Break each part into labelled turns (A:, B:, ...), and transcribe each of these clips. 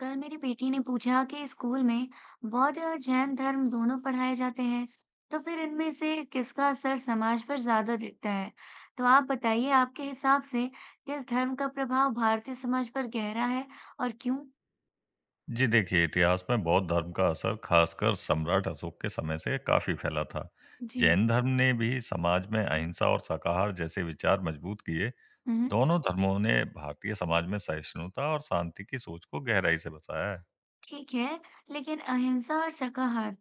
A: कल मेरी बेटी ने पूछा कि स्कूल में बौद्ध और जैन धर्म दोनों पढ़ाए जाते हैं, तो फिर इनमें से किसका असर समाज पर ज्यादा दिखता है? तो आप बताइए, आपके हिसाब से किस धर्म का प्रभाव भारतीय समाज पर गहरा है और क्यों?
B: जी देखिए, इतिहास में बौद्ध धर्म का असर खासकर सम्राट अशोक के समय से काफ़ी फैला था।
A: जी।
B: जैन धर्म ने भी समाज में अहिंसा और शाकाहार जैसे विचार मजबूत किए।
A: हम्म।
B: दोनों धर्मों ने भारतीय समाज में सहिष्णुता और शांति की सोच को गहराई से बसाया है।
A: ठीक है, लेकिन अहिंसा और शाकाहार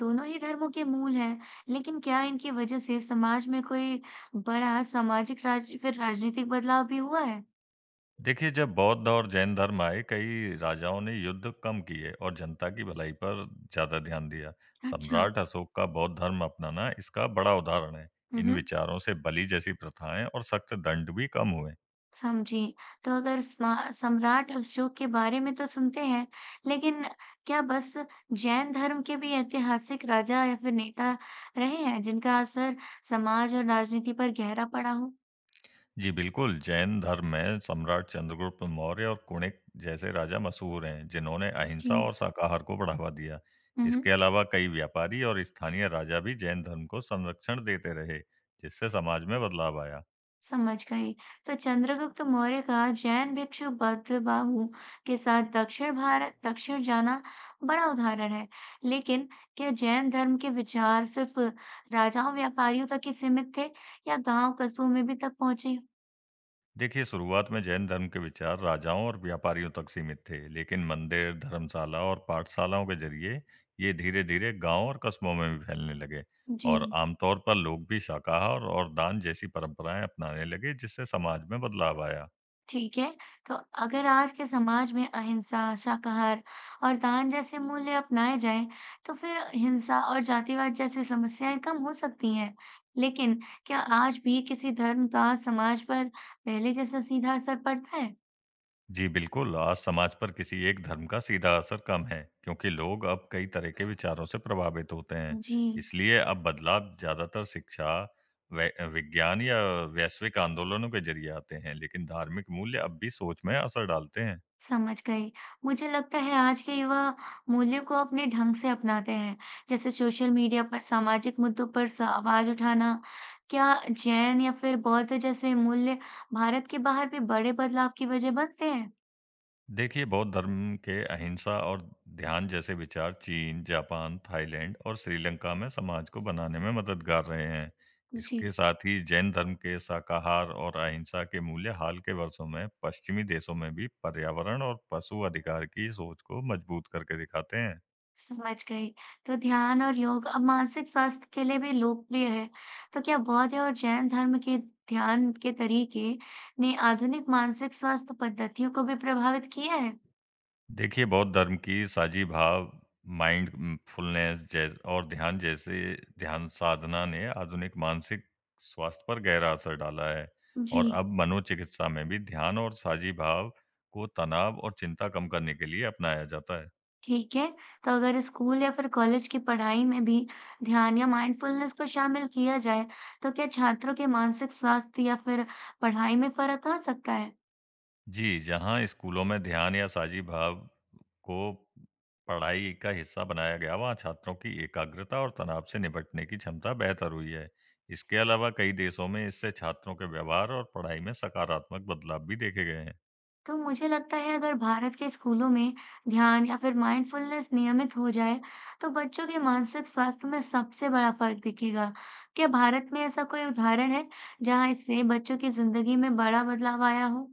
A: दोनों ही धर्मों के मूल हैं, लेकिन क्या इनकी वजह से समाज में कोई बड़ा सामाजिक फिर राजनीतिक बदलाव भी हुआ है?
B: देखिए, जब बौद्ध और जैन धर्म आए, कई राजाओं ने युद्ध कम किए और जनता की भलाई पर ज़्यादा ध्यान दिया।
A: अच्छा।
B: सम्राट अशोक का बौद्ध धर्म अपनाना इसका बड़ा उदाहरण है। इन
A: हम्म।
B: विचारों से बलि जैसी प्रथाएं और सख्त दंड भी कम हुए।
A: समझी। तो अगर स्मा सम्राट अशोक के बारे में तो सुनते हैं, लेकिन क्या बस जैन धर्म के भी ऐतिहासिक राजा या फिर नेता रहे हैं, जिनका असर समाज और राजनीति पर गहरा पड़ा हो?
B: जी बिल्कुल, जैन धर्म में सम्राट चंद्रगुप्त मौर्य और कुणिक जैसे राजा मशहूर हैं, जिन्होंने
A: जी।
B: अहिंसा और शाकाहार को बढ़ावा दिया।
A: हुँ, हुँ।
B: इसके अलावा कई व्यापारी और स्थानीय राजा भी जैन धर्म को संरक्षण देते रहे, जिससे समाज में बदलाव आया।
A: समझ गई। तो चंद्रगुप्त मौर्य का जैन भिक्षु बद्धबाहु के साथ दक्षिण जाना बड़ा उदाहरण है। लेकिन क्या जैन धर्म के विचार सिर्फ राजाओं व्यापारियों तक ही सीमित थे या गांव कस्बों में भी तक पहुंचे?
B: देखिए, शुरुआत में जैन धर्म के विचार राजाओं और व्यापारियों तक सीमित थे, लेकिन मंदिर, धर्मशाला और पाठशालाओं के जरिए ये धीरे-धीरे गांव और कस्बों में भी फैलने लगे।
A: जी।
B: और आमतौर पर लोग भी शाकाहार और दान जैसी परंपराएं अपनाने लगे, जिससे समाज में बदलाव आया।
A: ठीक है। तो अगर आज के समाज में अहिंसा, शाकाहार और दान जैसे मूल्य अपनाए जाएं, तो फिर हिंसा और जातिवाद जैसी समस्याएं कम हो सकती हैं। लेकिन क्या आज भी किसी धर्म का समाज पर पहले जैसा सीधा असर पड़ता है?
B: जी बिल्कुल, आज समाज पर किसी एक धर्म का सीधा असर कम है, क्योंकि लोग अब कई तरह के विचारों से प्रभावित होते हैं।
A: जी।
B: इसलिए अब बदलाव ज़्यादातर शिक्षा, वै विज्ञान या वैश्विक आंदोलनों के ज़रिए आते हैं, लेकिन धार्मिक मूल्य अब भी सोच में असर डालते हैं।
A: समझ गई। मुझे लगता है आज के युवा मूल्यों को अपने ढंग से अपनाते हैं, जैसे सोशल मीडिया पर सामाजिक मुद्दों पर स आवाज़ उठाना। क्या जैन या फिर बौद्ध जैसे मूल्य भारत के बाहर भी बड़े बदलाव की वजह बनते हैं?
B: देखिए, बौद्ध धर्म के अहिंसा और ध्यान जैसे विचार चीन, जापान, थाईलैंड और श्रीलंका में समाज को बनाने में मददगार रहे हैं।
A: जी।
B: इसके साथ ही जैन धर्म के शाकाहार और अहिंसा के मूल्य हाल के वर्षों में पश्चिमी देशों में भी पर्यावरण और पशु अधिकार की सोच को मजबूत करके दिखाते हैं।
A: समझ गई। तो ध्यान और योग अब मानसिक स्वास्थ्य के लिए भी लोकप्रिय है। तो क्या बौद्ध और जैन धर्म के ध्यान के तरीके ने आधुनिक मानसिक स्वास्थ्य पद्धतियों को भी प्रभावित किया है?
B: देखिए, बौद्ध धर्म की साझी भाव, माइंडफुलनेस जैसे ध्यान साधना ने आधुनिक मानसिक स्वास्थ्य पर गहरा असर डाला है
A: जी।
B: और अब मनोचिकित्सा में भी ध्यान और साझी भाव को तनाव और चिंता कम करने के लिए अपनाया जाता है।
A: ठीक है, तो अगर स्कूल या फिर कॉलेज की पढ़ाई में भी ध्यान या माइंडफुलनेस को शामिल किया जाए, तो क्या छात्रों के मानसिक स्वास्थ्य या फिर पढ़ाई में फर्क आ सकता है?
B: जी, जहाँ स्कूलों में ध्यान या साझी भाव को पढ़ाई का हिस्सा बनाया गया, वहाँ छात्रों की एकाग्रता और तनाव से निपटने की क्षमता बेहतर हुई है। इसके अलावा कई देशों में इससे छात्रों के व्यवहार और पढ़ाई में सकारात्मक बदलाव भी देखे गए हैं।
A: तो मुझे लगता है अगर भारत के स्कूलों में ध्यान या फिर माइंडफुलनेस नियमित हो जाए, तो बच्चों के मानसिक स्वास्थ्य में सबसे बड़ा फर्क दिखेगा। क्या भारत में ऐसा कोई उदाहरण है, जहां इससे बच्चों की जिंदगी में बड़ा बदलाव आया हो?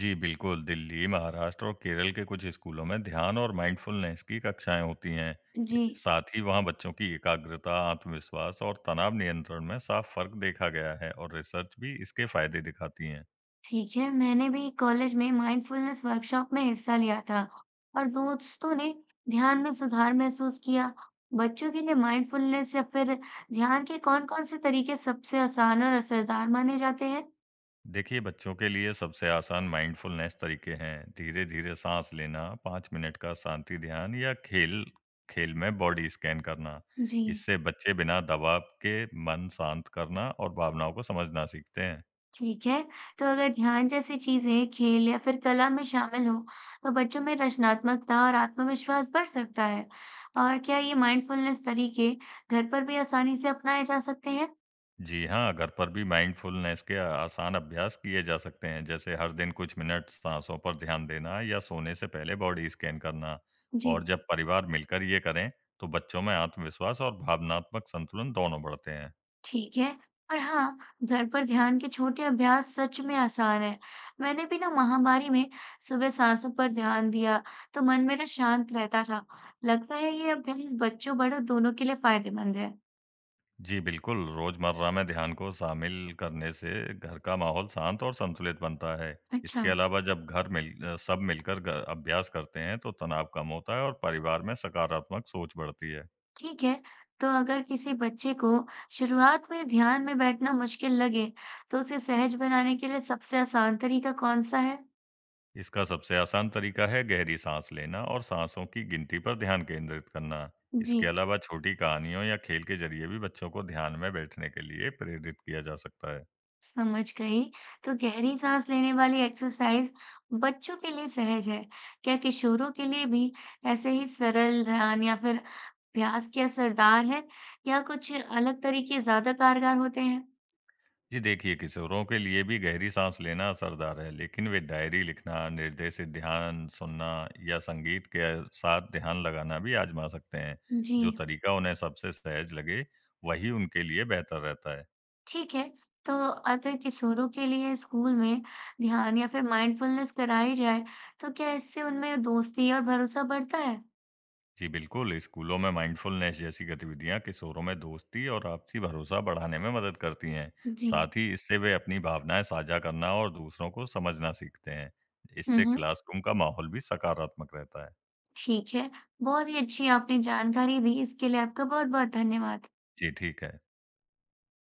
B: जी, बिल्कुल, दिल्ली, महाराष्ट्र और केरल के कुछ स्कूलों में ध्यान और माइंडफुलनेस की कक्षाएँ होती हैं। ए,
A: जी।
B: साथ ही वहाँ बच्चों की एकाग्रता, आत्मविश्वास और तनाव नियंत्रण में साफ फ़र्क देखा गया है और रिसर्च भी इसके फ़ायदे दिखाती है।
A: ठीक है, मैंने भी कॉलेज में माइंडफुलनेस वर्कशॉप में हिस्सा लिया था और दोस्तों ने ध्यान में सुधार महसूस किया। बच्चों के लिए माइंडफुलनेस या फिर ध्यान के कौन-कौन से तरीके सबसे आसान और असरदार माने जाते हैं?
B: देखिए, बच्चों के लिए सबसे आसान माइंडफुलनेस तरीके हैं। धीरे-धीरे साँस लेना, 5 मिनट का शांति ध्यान या खेल खेल में बॉडी स्कैन करना।
A: जी।
B: इससे बच्चे बिना दबाव के मन शांत करना और भावनाओं को समझना सीखते हैं।
A: ठीक है, तो अगर ध्यान जैसी चीजें खेल या फिर कला में शामिल हो, तो बच्चों में रचनात्मकता और आत्मविश्वास बढ़ सकता है। और क्या ये माइंडफुलनेस तरीके घर पर भी आसानी से अपनाए जा सकते हैं?
B: जी हाँ, घर पर भी माइंडफुलनेस के आसान अभ्यास किए जा सकते हैं, जैसे हर दिन कुछ मिनट साँसों पर ध्यान देना या सोने से पहले बॉडी स्कैन करना।
A: जी।
B: और जब परिवार मिलकर ये करें, तो बच्चों में आत्मविश्वास और भावनात्मक संतुलन दोनों बढ़ते हैं।
A: ठीक है। और हाँ, घर पर ध्यान के छोटे अभ्यास सच में आसान है। मैंने भी ना महामारी में सुबह सांसों पर ध्यान दिया, तो मन मेरा शांत रहता था। लगता है ये अभ्यास बच्चों बड़ों दोनों के लिए फायदेमंद है।
B: जी, बिल्कुल, रोज़मर्रा में ध्यान को शामिल करने से घर का माहौल शांत और संतुलित बनता है।
A: अच्छा।
B: इसके अलावा जब सब मिलकर ग अभ्यास करते हैं, तो तनाव कम होता है और परिवार में सकारात्मक सोच बढ़ती है।
A: ठीक है। तो अगर किसी बच्चे को शुरुआत में ध्यान में बैठना मुश्किल लगे, तो उसे सहज बनाने के लिए सबसे आसान तरीका कौन सा है?
B: इसका सबसे आसान तरीका है गहरी साँस लेना और साँसों की गिनती पर ध्यान केंद्रित करना।
A: जी।
B: इसके अलावा छोटी कहानियों या खेल के ज़रिए भी बच्चों को ध्यान में बैठने के लिए प्रेरित किया जा सकता है।
A: समझ गई। तो गहरी साँस लेने वाली एक्सरसाइज बच्चों के लिए सहज है। क्या किशोरों के लिए भी ऐसे ही सरल ध्यान या फिर अभ्यास के असरदार है या कुछ अलग तरीके ज़्यादा कारगर होते हैं?
B: जी देखिए, किशोरों के लिए भी गहरी सांस लेना असरदार है, लेकिन वे डायरी लिखना, निर्देशित ध्यान सुनना या संगीत के साथ ध्यान लगाना भी आजमा सकते हैं।
A: जी।
B: जो तरीका उन्हें सबसे सहज लगे, वही उनके लिए बेहतर रहता है।
A: ठीक है। तो अगर किशोरों के लिए स्कूल में ध्यान या फिर माइंडफुलनेस कराई जाए, तो क्या इससे उनमें दोस्ती और भरोसा बढ़ता है?
B: जी बिल्कुल, स्कूलों में माइंडफुलनेस जैसी गतिविधियां किशोरों में दोस्ती और आपसी भरोसा बढ़ाने में मदद करती हैं।
A: जी।
B: साथ ही इससे वे अपनी भावनाएं साझा करना और दूसरों को समझना सीखते हैं।
A: हुँ,
B: इससे
A: हुँ।
B: क्लासरूम का माहौल भी सकारात्मक रहता है।
A: ठीक है। बहुत ही अच्छी आपने जानकारी दी। इसके लिए आपका बहुत-बहुत धन्यवाद।
B: जी ठीक है।